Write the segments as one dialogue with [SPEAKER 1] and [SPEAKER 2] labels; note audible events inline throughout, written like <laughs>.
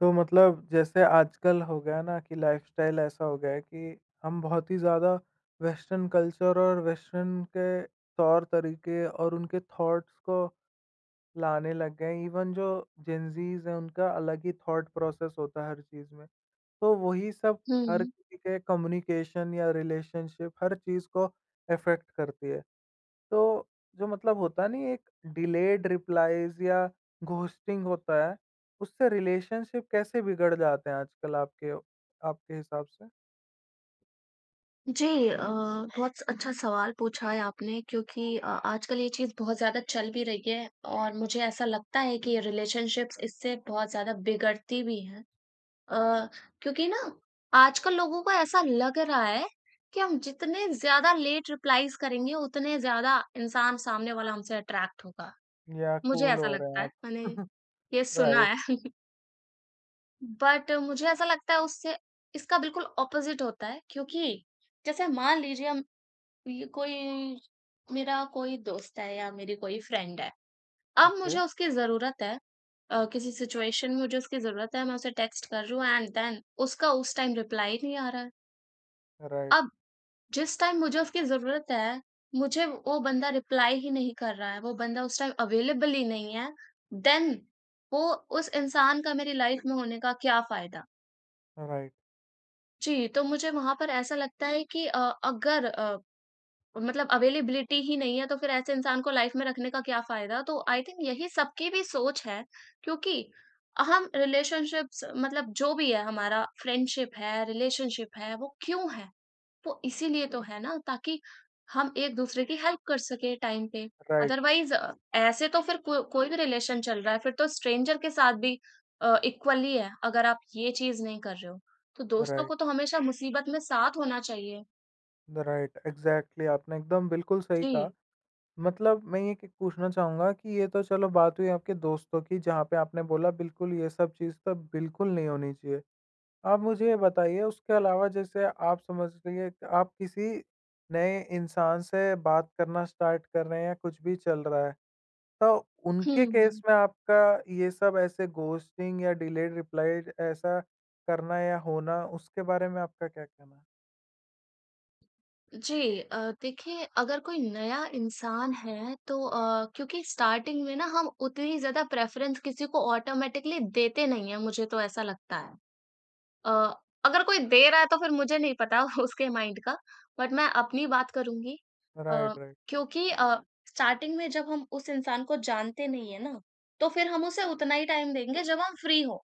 [SPEAKER 1] तो मतलब जैसे आजकल हो गया ना कि लाइफस्टाइल ऐसा हो गया है कि हम बहुत ही ज़्यादा वेस्टर्न कल्चर और वेस्टर्न के तौर तरीके और उनके थॉट्स को लाने लग गए हैं। इवन जो जेनजीज हैं उनका अलग ही थॉट प्रोसेस होता है हर चीज़ में। तो वही सब हर
[SPEAKER 2] हुँ।
[SPEAKER 1] किसी के कम्युनिकेशन या रिलेशनशिप हर चीज़ को अफेक्ट करती है। तो जो मतलब होता नहीं एक डिलेड रिप्लाईज़ या घोस्टिंग होता है, उससे रिलेशनशिप कैसे बिगड़ जाते हैं आजकल आपके आपके हिसाब से?
[SPEAKER 2] जी, बहुत स अच्छा सवाल पूछा है आपने क्योंकि आजकल ये चीज़ बहुत ज़्यादा चल भी रही है और मुझे ऐसा लगता है कि ये रिलेशनशिप्स इससे बहुत ज़्यादा बिगड़ती भी हैं। अ, क्योंकि ना आजकल लोगों को ऐसा लग रहा है कि हम जितने ज़्यादा लेट रिप्लाईज़ करेंगे, उतने ज़्यादा इंसान सामने वाला हमसे अट्रैक्ट होगा।
[SPEAKER 1] या
[SPEAKER 2] मुझे
[SPEAKER 1] कूल
[SPEAKER 2] ऐसा
[SPEAKER 1] हो रहे
[SPEAKER 2] लगता
[SPEAKER 1] हैं
[SPEAKER 2] है,
[SPEAKER 1] आप।
[SPEAKER 2] मैंने
[SPEAKER 1] <laughs>
[SPEAKER 2] ये सुना
[SPEAKER 1] राइट,
[SPEAKER 2] है। <laughs> बट मुझे ऐसा लगता है उससे इसका बिल्कुल ऑपोज़िट होता है क्योंकि जैसे मान लीजिए हम ये कोई मेरा कोई दोस्त है या मेरी कोई फ्रेंड है। अब
[SPEAKER 1] ओके,
[SPEAKER 2] मुझे उसकी ज़रूरत है, किसी सिचुएशन में मुझे उसकी ज़रूरत है, मैं उसे टेक्स्ट कर रही हूँ एंड देन उसका उस टाइम रिप्लाई नहीं आ रहा है।
[SPEAKER 1] राइट,
[SPEAKER 2] अब जिस टाइम मुझे उसकी ज़रूरत है, मुझे वो बंदा रिप्लाई ही नहीं कर रहा है, वो बंदा उस टाइम अवेलेबल ही नहीं है, देन वो उस इंसान का मेरी लाइफ़ में होने का क्या फ़ायदा?
[SPEAKER 1] राइट,
[SPEAKER 2] जी, तो मुझे वहाँ पर ऐसा लगता है कि अगर मतलब अवेलेबिलिटी ही नहीं है, तो फिर ऐसे इंसान को लाइफ में रखने का क्या फ़ायदा? तो आई थिंक यही सबकी भी सोच है, क्योंकि हम रिलेशनशिप्स मतलब जो भी है हमारा फ्रेंडशिप है, रिलेशनशिप है, वो क्यों है? वो इसीलिए तो है ना ताकि हम एक-दूसरे की हेल्प कर सकें टाइम पे।
[SPEAKER 1] राइट,
[SPEAKER 2] अदरवाइज़ ऐसे तो फिर को कोई भी रिलेशन चल रहा है, फिर तो स्ट्रेंजर के साथ भी इक्वली है, अगर आप ये चीज़ नहीं कर रहे हो। तो दोस्तों
[SPEAKER 1] राइट,
[SPEAKER 2] को तो हमेशा मुसीबत में साथ होना चाहिए।
[SPEAKER 1] राइट, एग्ज़ैक्टली आपने एकदम बिल्कुल सही कहा।
[SPEAKER 2] जी।
[SPEAKER 1] मतलब मैं ये कि पूछना चाहूँगा कि ये तो चलो बात हुई आपके दोस्तों की जहाँ पे आपने बोला बिल्कुल ये सब चीज़ तो बिल्कुल नहीं होनी चाहिए। आप मुझे ये बताइए उसके अलावा जैसे आप समझ लीजिए कि आप किसी नए इंसान से बात करना स्टार्ट कर रहे हैं या कुछ भी चल रहा है, तो उनके
[SPEAKER 2] हुँ।
[SPEAKER 1] केस में आपका ये सब ऐसे घोस्टिंग या डिलेड रिप्लाई ऐसा करना या होना उसके बारे में आपका क्या कहना है?
[SPEAKER 2] जी, देखिए अगर कोई नया इंसान है तो क्योंकि स्टार्टिंग में ना हम उतनी ज़्यादा प्रेफ़रेंस किसी को ऑटोमैटिकली देते नहीं हैं, मुझे तो ऐसा लगता है। अ, अगर कोई दे रहा है तो फिर मुझे नहीं पता <laughs> उसके माइंड का बट मैं अपनी बात करूँगी। अ,
[SPEAKER 1] राइट।
[SPEAKER 2] क्योंकि स्टार्टिंग में जब हम उस इंसान को जानते नहीं है ना, तो फिर हम उसे उतना ही टाइम देंगे जब हम फ्री हों।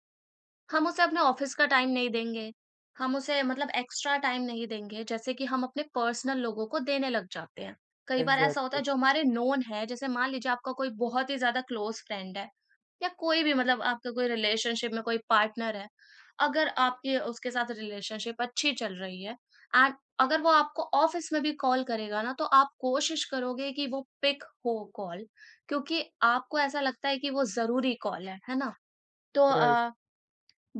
[SPEAKER 2] हम उसे अपने ऑफ़िस का टाइम नहीं देंगे, हम उसे मतलब एक्स्ट्रा टाइम नहीं देंगे, जैसे कि हम अपने पर्सनल लोगों को देने लग जाते हैं। कई बार ऐसा होता
[SPEAKER 1] एग्ज़ैक्टली,
[SPEAKER 2] है जो हमारे नोन है, जैसे मान लीजिए आपका कोई बहुत ही ज़्यादा क्लोज़ फ्रेंड है या कोई भी मतलब आपका कोई रिलेशनशिप में कोई पार्टनर है, अगर आपकी उसके साथ रिलेशनशिप अच्छी चल रही है एंड अगर वो आपको ऑफ़िस में भी कॉल करेगा ना, तो आप कोशिश करोगे कि वो पिक हो कॉल क्योंकि आपको ऐसा लगता है कि वो ज़रूरी कॉल है ना? तो
[SPEAKER 1] राइट।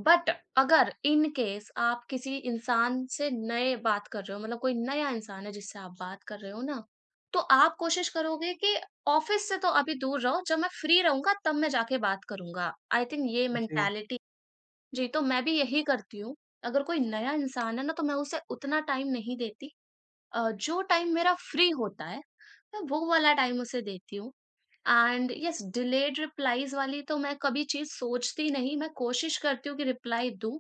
[SPEAKER 2] बट अगर इन केस आप किसी इंसान से नए बात कर रहे हो मतलब कोई नया इंसान है जिससे आप बात कर रहे हो ना, तो आप कोशिश करोगे कि ऑफिस से तो अभी दूर रहो, जब मैं फ्री रहूँगा तब मैं जाके बात करूँगा। आई थिंक ये
[SPEAKER 1] जी,
[SPEAKER 2] मेंटालिटी। जी, तो मैं भी यही करती हूँ। अगर कोई नया इंसान है ना तो मैं उसे उतना टाइम नहीं देती। जो टाइम मेरा फ्री होता है, मैं वो वाला टाइम उसे देती हूँ। एंड यस डिलेड रिप्लाइज़ वाली तो मैं कभी चीज़ सोचती नहीं, मैं कोशिश करती हूँ कि रिप्लाई दूँ।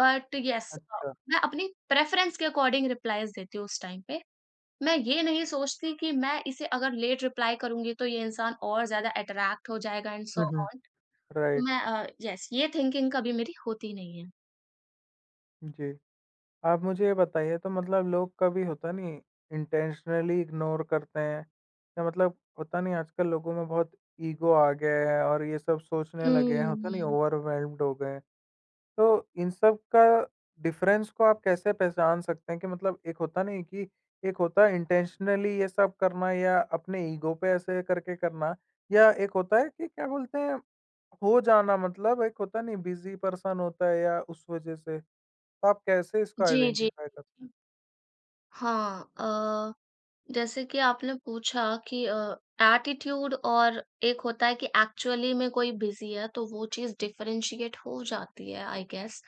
[SPEAKER 2] बट यस
[SPEAKER 1] अच्छा।
[SPEAKER 2] मैं अपनी प्रेफरेंस के अकॉर्डिंग रिप्लाईज़ देती हूँ उस टाइम पे। मैं ये नहीं सोचती कि मैं इसे अगर लेट रिप्लाई करूँगी तो ये इंसान और ज़्यादा अट्रैक्ट हो जाएगा and so
[SPEAKER 1] hmm, hmm.
[SPEAKER 2] On. तो
[SPEAKER 1] राइट,
[SPEAKER 2] मैं, यस ये थिंकिंग कभी मेरी होती नहीं है।
[SPEAKER 1] जी। आप मुझे ये बताइए तो मतलब लोग कभी होता नहीं इंटेंशनली इग्नोर करते हैं या मतलब होता नहीं आजकल लोगों में बहुत ईगो आ गया है और ये सब सोचने लगे हैं होता नहीं
[SPEAKER 2] हुँ,
[SPEAKER 1] ओवरवेल्म्ड हो गए हैं। तो इन सब का डिफरेंस को आप कैसे पहचान सकते हैं कि मतलब एक होता नहीं कि एक होता है इंटेंशनली ये सब करना या अपने ईगो पे ऐसे करके करना या एक होता है कि क्या बोलते हैं हो जाना मतलब एक होता नहीं बिजी पर्सन होता है या उस वजह से तो आप कैसे इसको
[SPEAKER 2] जी, जी।
[SPEAKER 1] आइडेंटिफ़ाई करते
[SPEAKER 2] हाँ, जैसे कि आपने पूछा कि एटीट्यूड और एक होता है कि एक्चुअली में कोई बिजी है तो वो चीज़ डिफरेंशिएट हो जाती है आई गेस।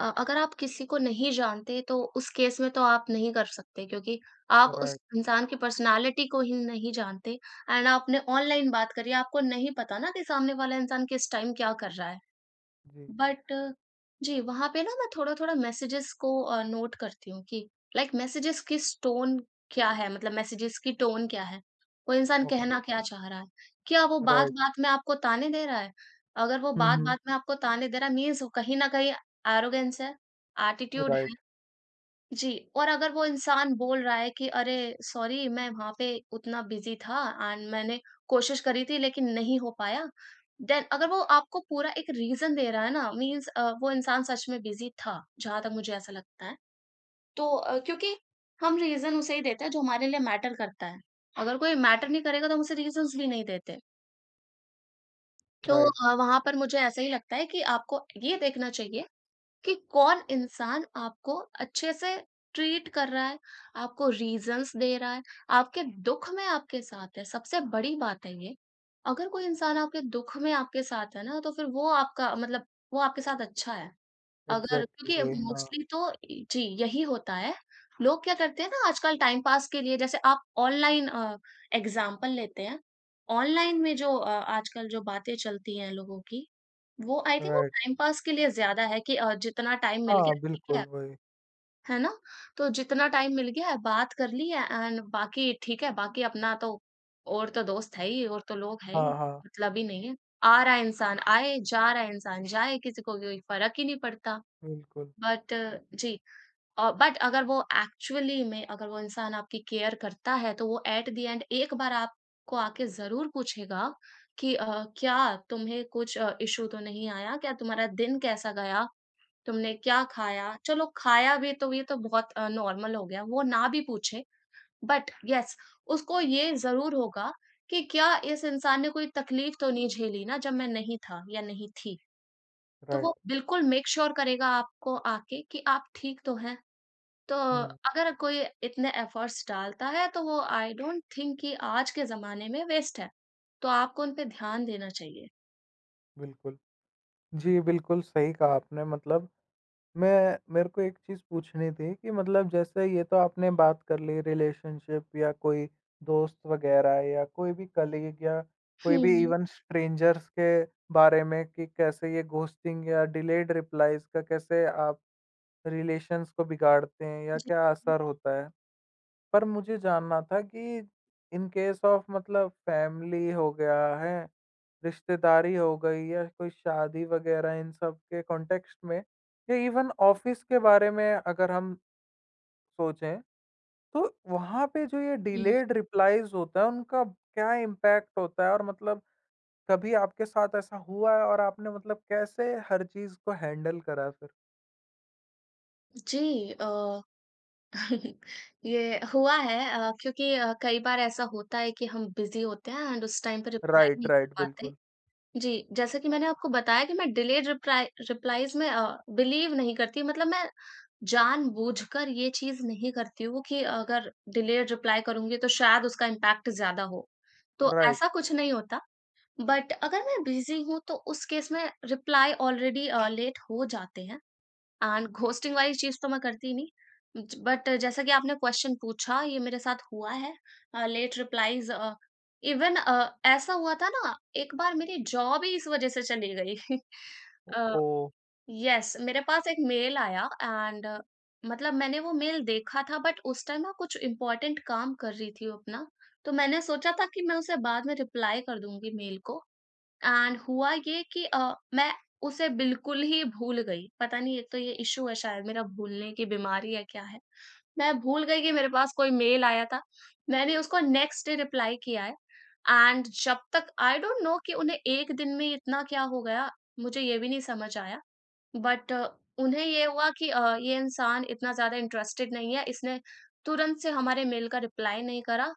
[SPEAKER 2] अगर आप किसी को नहीं जानते तो उस केस में तो आप नहीं कर सकते क्योंकि आप
[SPEAKER 1] हैं?
[SPEAKER 2] उस
[SPEAKER 1] राइट।
[SPEAKER 2] इंसान की पर्सनालिटी को ही नहीं जानते एंड आपने ऑनलाइन बात करी, आपको नहीं पता ना कि सामने वाला इंसान किस टाइम क्या कर रहा है।
[SPEAKER 1] जी,
[SPEAKER 2] बट जी, वहाँ पे ना मैं थोड़ा-थोड़ा मैसेजेस को नोट करती हूँ कि लाइक मैसेजेस किस टोन क्या है? मतलब मैसेजेस की टोन क्या है? वो इंसान
[SPEAKER 1] ओके,
[SPEAKER 2] कहना क्या चाह रहा है? क्या वो
[SPEAKER 1] राइट।
[SPEAKER 2] बात-बात में आपको ताने दे रहा है? अगर वो
[SPEAKER 1] हुँ, हुँ।
[SPEAKER 2] बात-बात में आपको ताने दे रहा है मीन्स कहीं न कहीं एरोगेंस है, एटीट्यूड
[SPEAKER 1] राइट,
[SPEAKER 2] है। जी, और अगर वो इंसान बोल रहा है कि अरे! सॉरी मैं वहाँ पे उतना बिज़ी था एंड मैंने कोशिश करी थी लेकिन नहीं हो पाया। देन अगर वो आपको पूरा एक रीज़न दे रहा है ना मीन्स, वो इंसान सच में बिज़ी था, जहाँ तक मुझे ऐसा लगता है। तो क्योंकि हम रीज़न उसे ही देते हैं जो हमारे लिए मैटर करता है। अगर कोई मैटर नहीं करेगा तो हम उसे रीज़न्स भी नहीं देते। तो
[SPEAKER 1] राइट,
[SPEAKER 2] वहाँ पर मुझे ऐसा ही लगता है कि आपको ये देखना चाहिए कि कौन इंसान आपको अच्छे से ट्रीट कर रहा है, आपको रीज़न्स दे रहा है, आपके दुःख में आपके साथ है। सबसे बड़ी बात है ये, अगर कोई इंसान आपके दुःख में आपके साथ है ना, तो फिर वो आपका मतलब वो आपके साथ अच्छा है। अगर
[SPEAKER 1] एग्ज़ैक्टली
[SPEAKER 2] क्योंकि
[SPEAKER 1] वही, हाँ,
[SPEAKER 2] मोस्टली तो जी, यही होता है। लोग क्या करते हैं ना आजकल टाइम पास के लिए जैसे आप ऑनलाइन एग्ज़ाम्पल लेते हैं। ऑनलाइन में जो आजकल जो बातें चलती हैं लोगों की, वो आई थिंक वो
[SPEAKER 1] राइट।
[SPEAKER 2] टाइम पास के लिए ज़्यादा है कि जितना टाइम मिल
[SPEAKER 1] हाँ,
[SPEAKER 2] गया ठीक
[SPEAKER 1] बिल्कुल वही।
[SPEAKER 2] है ना? तो जितना टाइम मिल गया है बात कर ली है एंड बाकी ठीक है, बाकी अपना तो और तो दोस्त है ही और तो लोग है ही,
[SPEAKER 1] हाँ, हाँ,
[SPEAKER 2] मतलब ही नहीं है। आ रहा है इंसान आए, जा रहा है इंसान जाए, किसी को कोई फ़र्क ही नहीं पड़ता।
[SPEAKER 1] बिल्कुल,
[SPEAKER 2] बट जी, बट अगर वो एक्चुअली में अगर वो इंसान आपकी केयर करता है तो वो एट द एंड एक बार आपको आके ज़रूर पूछेगा कि क्या तुम्हें कुछ इशू तो नहीं आया? क्या तुम्हारा दिन कैसा गया? तुमने क्या खाया? चलो खाया भी तो ये तो बहुत नॉर्मल हो गया, वो ना भी पूछे बट यस उसको ये ज़रूर होगा कि क्या इस इंसान ने कोई तकलीफ तो नहीं झेली ना जब मैं नहीं था या नहीं थी? तो
[SPEAKER 1] राइट।
[SPEAKER 2] वो बिल्कुल मेक श्योर करेगा आपको आके कि आप ठीक तो हैं? तो
[SPEAKER 1] हुँ,
[SPEAKER 2] अगर कोई इतने एफर्ट्स डालता है तो वो आई डोंट थिंक कि आज के ज़माने में वेस्ट है। तो आपको उन पे ध्यान देना चाहिए।
[SPEAKER 1] बिल्कुल। जी, बिल्कुल सही कहा आपने मतलब मैं मेरे को एक चीज़ पूछनी थी कि मतलब जैसे ये तो आपने बात कर ली रिलेशनशिप या कोई दोस्त वगैरह या कोई भी कलीग या कोई भी
[SPEAKER 2] हुँ।
[SPEAKER 1] इवन स्ट्रेंजर्स के बारे में कि कैसे ये घोस्टिंग या डिलेड रिप्लाइज का कैसे आप रिलेशंस को बिगाड़ते हैं या
[SPEAKER 2] जी।
[SPEAKER 1] क्या असर होता है पर मुझे जानना था कि इन केस ऑफ मतलब फैमिली हो गया है, रिश्तेदारी हो गई या कोई शादी वगैरह इन सब के कॉन्टेक्स्ट में या इवन ऑफिस के बारे में अगर हम सोचें, तो वहाँ पे जो ये
[SPEAKER 2] हुँ।
[SPEAKER 1] डिलेड रिप्लाइज़ होता है उनका क्या इम्पैक्ट होता है? और मतलब कभी आपके साथ ऐसा हुआ है और आपने मतलब कैसे हर चीज़ को हैंडल करा फिर?
[SPEAKER 2] जी, <laughs> ये हुआ है। क्योंकि कई बार ऐसा होता है कि हम बिज़ी होते हैं एंड उस टाइम पे रिप्लाई
[SPEAKER 1] राइट,
[SPEAKER 2] नहीं कर
[SPEAKER 1] राइट,
[SPEAKER 2] पाते।
[SPEAKER 1] बिल्कुल,
[SPEAKER 2] जी, जैसा कि मैंने आपको बताया कि मैं डिलेड रिप्राइ रिप्लाइज़ में बिलीव नहीं करती मतलब मैं जानबूझकर ये चीज़ नहीं करती हूँ कि अगर डिलेड रिप्लाई करूँगी तो शायद उसका इम्पैक्ट ज़्यादा हो। तो
[SPEAKER 1] राइट।
[SPEAKER 2] ऐसा कुछ नहीं होता, बट अगर मैं बिज़ी हूँ तो उस केस में रिप्लाई ऑलरेडी लेट हो जाते हैं। एंड घोस्टिंग वाली चीज़ तो मैं करती नहीं। ज बट जैसा कि आपने क्वेश्चन पूछा ये मेरे साथ हुआ है। लेट रिप्लाइज़, इवन ऐसा हुआ था ना एक बार मेरी जॉब ही इस वज़ह से चली गई। <laughs>
[SPEAKER 1] ओ
[SPEAKER 2] अ,
[SPEAKER 1] ओह!
[SPEAKER 2] येस मेरे पास एक मेल आया एंड मतलब मैंने वो मेल देखा था बट उस टाइम ना कुछ इम्पोर्टेंट काम कर रही थी अपना। तो मैंने सोचा था कि मैं उसे बाद में रिप्लाई कर दूँगी मेल को। एंड हुआ ये कि मैं उसे बिल्कुल ही भूल गई। पता नहीं एक तो ये इश्यू है शायद मेरा भूलने की बीमारी है क्या है। मैं भूल गई कि मेरे पास कोई मेल आया था। मैंने उसको नेक्स्ट डे रिप्लाई किया है एंड जब तक आई डोंट नो कि उन्हें 1 दिन में इतना क्या हो गया, मुझे ये भी नहीं समझ आया। बट उन्हें ये हुआ कि ये इंसान इतना ज़्यादा इंटरेस्टेड नहीं है, इसने तुरंत से हमारे मेल का रिप्लाई नहीं करा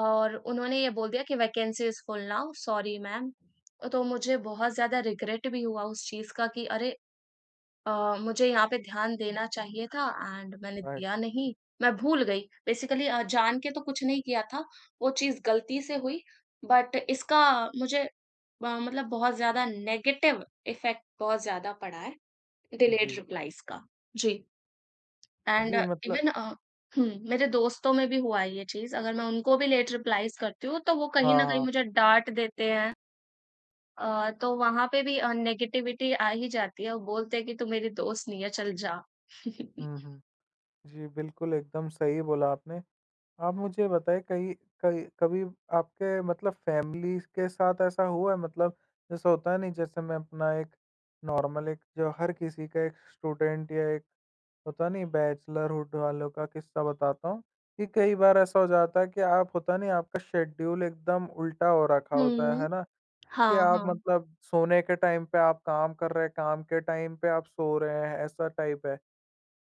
[SPEAKER 2] और उन्होंने ये बोल दिया कि vacancy is full now, sorry ma'am. तो मुझे बहुत ज़्यादा रिग्रेट भी हुआ उस चीज़ का कि अरे मुझे यहाँ पे ध्यान देना चाहिए था एंड मैंने
[SPEAKER 1] राइट,
[SPEAKER 2] दिया नहीं, मैं भूल गई। बेसिकली जान के तो कुछ नहीं किया था, वो चीज़ गलती से हुई बट इसका मुझे मतलब बहुत ज़्यादा नेगेटिव इफ़ेक्ट बहुत ज़्यादा पड़ा है। डिलेड
[SPEAKER 1] जी।
[SPEAKER 2] रिप्लाइज का। जी। एंड
[SPEAKER 1] जी, मतलब
[SPEAKER 2] इवन हुँ, मेरे दोस्तों में भी हुआ है ये चीज़, अगर मैं उनको भी लेट रिप्लाइज़ करती हूँ, तो वो कहीं
[SPEAKER 1] हाँ,
[SPEAKER 2] न कहीं
[SPEAKER 1] हाँ।
[SPEAKER 2] मुझे डाँट देते हैं। तो वहाँ पे भी नेगेटिविटी आ ही जाती है और बोलते हैं कि तू मेरी दोस्त नहीं है, चल जा। <laughs>
[SPEAKER 1] हुँ, हुँ। जी, बिल्कुल, एकदम सही बोला आपने। आप मुझे बताइए कहीं कहीं कभी आपके मतलब फैमिली के साथ ऐसा हुआ है? मतलब जैसा होता है नहीं जैसे मैं अपना एक नॉर्मल एक जो हर किसी का एक स्टूडेंट या एक होता नहीं बैचलरहुड वालों का किस्सा बताता हूँ, कि कई बार ऐसा हो जाता है कि आप होता नहीं आपका शेड्यूल एकदम उल्टा हो रखा होता है
[SPEAKER 2] हुँ।
[SPEAKER 1] ना? कि
[SPEAKER 2] हाँ,
[SPEAKER 1] आप
[SPEAKER 2] हाँ।
[SPEAKER 1] मतलब सोने के टाइम पे आप काम कर रहे हैं, काम के टाइम पे आप सो रहे हैं, ऐसा टाइप है।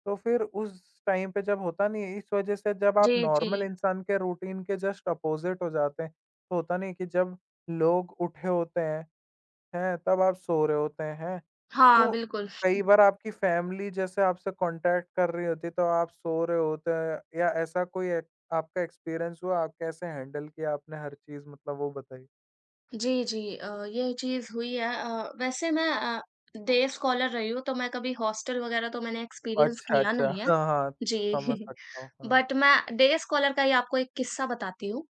[SPEAKER 1] तो फिर उस टाइम पे जब होता नहीं है, इस वज़ह से जब
[SPEAKER 2] जी,
[SPEAKER 1] आप
[SPEAKER 2] जी।
[SPEAKER 1] नॉर्मल इंसान के रूटीन के जस्ट अपोज़िट हो जाते हैं, तो होता नहीं है कि जब लोग उठे होते हैं, हैं? तब आप सो रहे होते हैं, हैं?
[SPEAKER 2] हाँ,
[SPEAKER 1] तो
[SPEAKER 2] बिल्कुल।
[SPEAKER 1] कई बार आपकी फ़ैमिली जैसे आपसे कॉन्टैक्ट कर रही होती है, तो आप सो रहे होते हैं या ऐसा कोई एक आपका एक्सपीरियंस हुआ? आप कैसे हैंडल किया आपने हर चीज़ मतलब वो बताइए?
[SPEAKER 2] जी, जी। ये चीज़ हुई है। वैसे मैं, डे स्कॉलर रही हूँ, तो मैं कभी हॉस्टल वगैरह तो मैंने एक्सपीरियंस
[SPEAKER 1] अच्छा,
[SPEAKER 2] किया
[SPEAKER 1] अच्छा।
[SPEAKER 2] नहीं है।
[SPEAKER 1] हाँ, हाँ।
[SPEAKER 2] जी,
[SPEAKER 1] समझ
[SPEAKER 2] <laughs>
[SPEAKER 1] सकता हूँ, हाँ।
[SPEAKER 2] बट मैं डे स्कॉलर का ही आपको एक किस्सा बताती हूँ।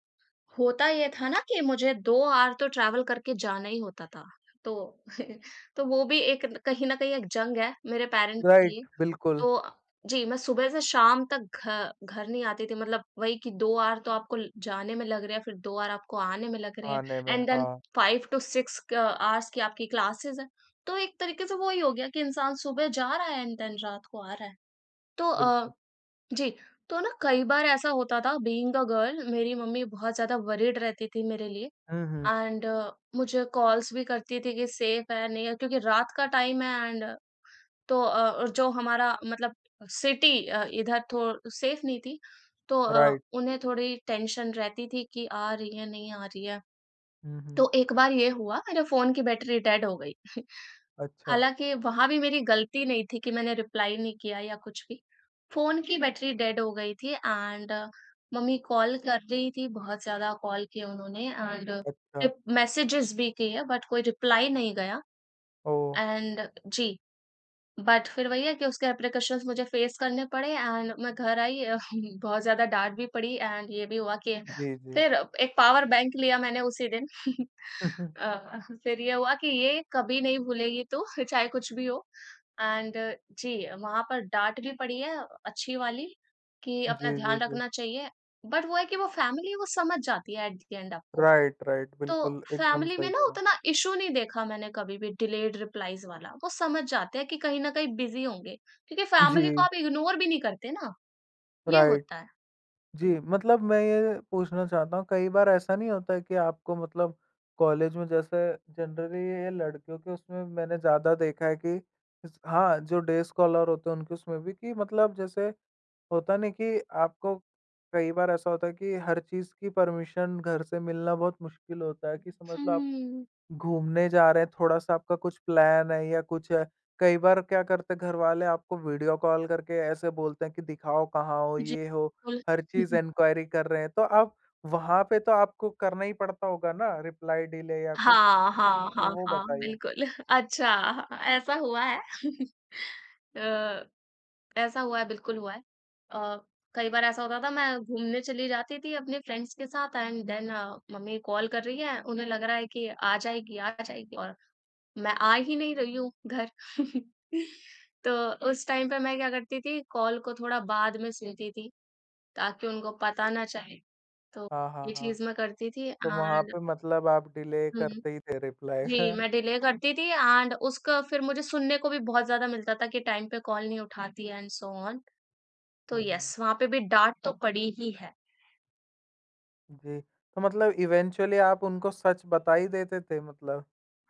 [SPEAKER 2] होता ये था ना कि मुझे 2 आवर तो ट्रैवल करके जाना ही होता था। तो <laughs> तो वो भी एक कहीं न कहीं एक जंग है मेरे पेरेंट्स के
[SPEAKER 1] राइट,
[SPEAKER 2] लिए।
[SPEAKER 1] बिल्कुल,
[SPEAKER 2] तो अ, जी, मैं सुबह से शाम तक घ घर नहीं आती थी, मतलब वही कि 2 आवर तो आपको ल जाने में लग रहे हैं, फिर 2 आवर आपको आने में लग रहे हैं
[SPEAKER 1] खाने में,
[SPEAKER 2] एंड देन
[SPEAKER 1] हाँ,
[SPEAKER 2] 5 टू 6 क आवर्स की आपकी क्लासेस हैं। तो एक तरीके से वही हो गया कि इंसान सुबह जा रहा है एंड देन रात को आ रहा है। तो अ,
[SPEAKER 1] बिल्कुल।
[SPEAKER 2] जी, तो ना कई बार ऐसा होता था, बीइंग अ गर्ल मेरी मम्मी बहुत ज़्यादा वरीड रहती थी मेरे लिए
[SPEAKER 1] हुँ, हुँ,
[SPEAKER 2] एंड मुझे कॉल्स भी करती थी कि सेफ है, नहीं है, क्योंकि रात का टाइम है। और जो हमारा मतलब सिटी इधर थो सेफ नहीं थी,
[SPEAKER 1] राइट।
[SPEAKER 2] उन्हें थोड़ी टेंशन रहती थी कि आ रही है, नहीं आ रही है।
[SPEAKER 1] हुँ, हुँ।
[SPEAKER 2] तो एक बार ये हुआ मेरे फ़ोन की बैटरी डेड हो गई। <laughs>
[SPEAKER 1] अच्छा,
[SPEAKER 2] हालाँकि वहाँ भी मेरी गलती नहीं थी कि मैंने रिप्लाई नहीं किया या कुछ भी। फ़ोन की बैटरी डेड हो गई थी एंड मम्मी कॉल कर रही थी, बहुत ज़्यादा कॉल किए उन्होंने एंड
[SPEAKER 1] अच्छा।
[SPEAKER 2] रिप मैसेजेस भी किए, बट कोई रिप्लाई नहीं गया
[SPEAKER 1] ओह!
[SPEAKER 2] And ji. बट फिर वही है कि उसके रिप्रिकॉशंस मुझे फेस करने पड़े एंड मैं घर आई। <laughs> बहुत ज़्यादा डाँट भी पड़ी एंड ये भी हुआ कि
[SPEAKER 1] जी, जी।
[SPEAKER 2] फिर एक पावर बैंक लिया मैंने उसी दिन। <laughs>
[SPEAKER 1] <laughs>
[SPEAKER 2] फिर ये हुआ कि ये कभी नहीं भूलेगी तू <laughs> चाहे कुछ भी हो। एंड जी, वहाँ पर डाँट भी पड़ी है, अच्छी वाली, कि
[SPEAKER 1] जी,
[SPEAKER 2] अपना
[SPEAKER 1] जी,
[SPEAKER 2] ध्यान
[SPEAKER 1] जी।
[SPEAKER 2] रखना चाहिए। बट वो है कि वो फैमिली वो समझ जाती है एट द एंड आपको।
[SPEAKER 1] राइट,
[SPEAKER 2] तो
[SPEAKER 1] बिल्कुल एकदम
[SPEAKER 2] फैमिली में
[SPEAKER 1] सही
[SPEAKER 2] ना
[SPEAKER 1] बोला।
[SPEAKER 2] उतना इशू नहीं देखा मैंने कभी भी, डिलेड रिप्लाईज वाला। वो समझ जाते हैं कि कहीं न कहीं बिज़ी होंगे, क्योंकि फैमिली को
[SPEAKER 1] जी,
[SPEAKER 2] आप इग्नोर भी नहीं करते ना, ये
[SPEAKER 1] राइट।
[SPEAKER 2] होता है।
[SPEAKER 1] जी,
[SPEAKER 2] जी।
[SPEAKER 1] मतलब मैं ये पूछना चाहता हूँ कई बार ऐसा नहीं होता है कि आपको मतलब कॉलेज में जैसे जनरली ये लड़कियों के उसमें मैंने ज़्यादा देखा है कि इस हाँ, जो डे स्कॉलर होते हैं उनके उसमें भी कि मतलब जैसे होता नहीं कि आपको कई बार ऐसा होता है कि हर चीज़ की परमिशन घर से मिलना बहुत मुश्किल होता है कि समझ लो आप
[SPEAKER 2] हुँ।
[SPEAKER 1] घूमने जा रहे हैं, थोड़ा-सा आपका कुछ प्लान है या कुछ है। कई बार क्या करते हैं घर वाले आपको वीडियो कॉल करके ऐसे बोलते हैं कि दिखाओ कहाँ हो,
[SPEAKER 2] जी,
[SPEAKER 1] ये हो,
[SPEAKER 2] बिल्कुल।
[SPEAKER 1] हर चीज़
[SPEAKER 2] <laughs>
[SPEAKER 1] इंक्वायरी कर रहे हैं। तो आप वहाँ पे तो आपको करना ही पड़ता होगा ना रिप्लाई डिले या कुछ?
[SPEAKER 2] हाँ, हाँ,
[SPEAKER 1] तो
[SPEAKER 2] हाँ,
[SPEAKER 1] वो
[SPEAKER 2] हाँ,
[SPEAKER 1] बताइए?
[SPEAKER 2] बिल्कुल। <laughs> अच्छा, हाँ, ऐसा हुआ है। <laughs> अ, ऐसा हुआ है, बिल्कुल हुआ है। अ, कई बार ऐसा होता था, मैं घूमने चली जाती थी अपने फ्रेंड्स के साथ एंड देन मम्मी कॉल कर रही है, उन्हें लग रहा है कि आ जाएगी, आ जाएगी, और मैं आ ही नहीं रही हूँ घर। <laughs> तो उस टाइम पे मैं क्या करती थी, कॉल को थोड़ा बाद में सुनती थी, ताकि उनको पता ना चले। तो
[SPEAKER 1] हाँ, हाँ,
[SPEAKER 2] ये
[SPEAKER 1] हाँ।
[SPEAKER 2] चीज़ मैं करती थी
[SPEAKER 1] तो वहाँ
[SPEAKER 2] एंड
[SPEAKER 1] पे मतलब आप डिले
[SPEAKER 2] हुँ।
[SPEAKER 1] करते ही थे रिप्लाई।
[SPEAKER 2] जी,
[SPEAKER 1] <laughs>
[SPEAKER 2] मैं डिले करती थी एंड उसका फिर मुझे सुनने को भी बहुत ज़्यादा मिलता था कि टाइम पे कॉल नहीं उठाती है एंड सो ऑन। तो
[SPEAKER 1] हुँ, हुँ।
[SPEAKER 2] येस, वहाँ पे भी डाँट तो पड़ी ही है।
[SPEAKER 1] जी, तो मतलब इवेंचुअली आप उनको सच बता ही देते थे मतलब?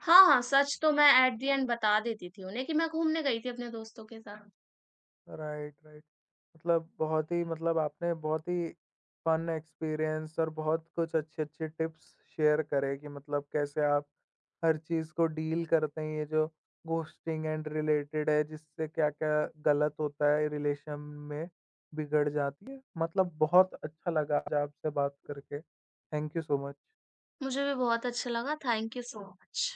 [SPEAKER 2] हाँ, हाँ, सच तो मैं एट द एंड बता देती थी उन्हें कि मैं घूमने गई थी अपने दोस्तों के साथ।
[SPEAKER 1] राइट। मतलब बहुत ही मतलब आपने बहुत ही फन एक्सपीरियंस और बहुत कुछ अच्छे-अच्छे टिप्स शेयर करे कि मतलब कैसे आप हर चीज़ को डील करते हैं, ये जो घोस्टिंग एंड रिलेटेड है, जिससे क्या-क्या गलत होता है रिलेशन में, बिगड़ जाती है। मतलब बहुत अच्छा लगा आज आपसे बात करके। Thank you so much.
[SPEAKER 2] मुझे भी बहुत अच्छा लगा, थैंक यू सो मच।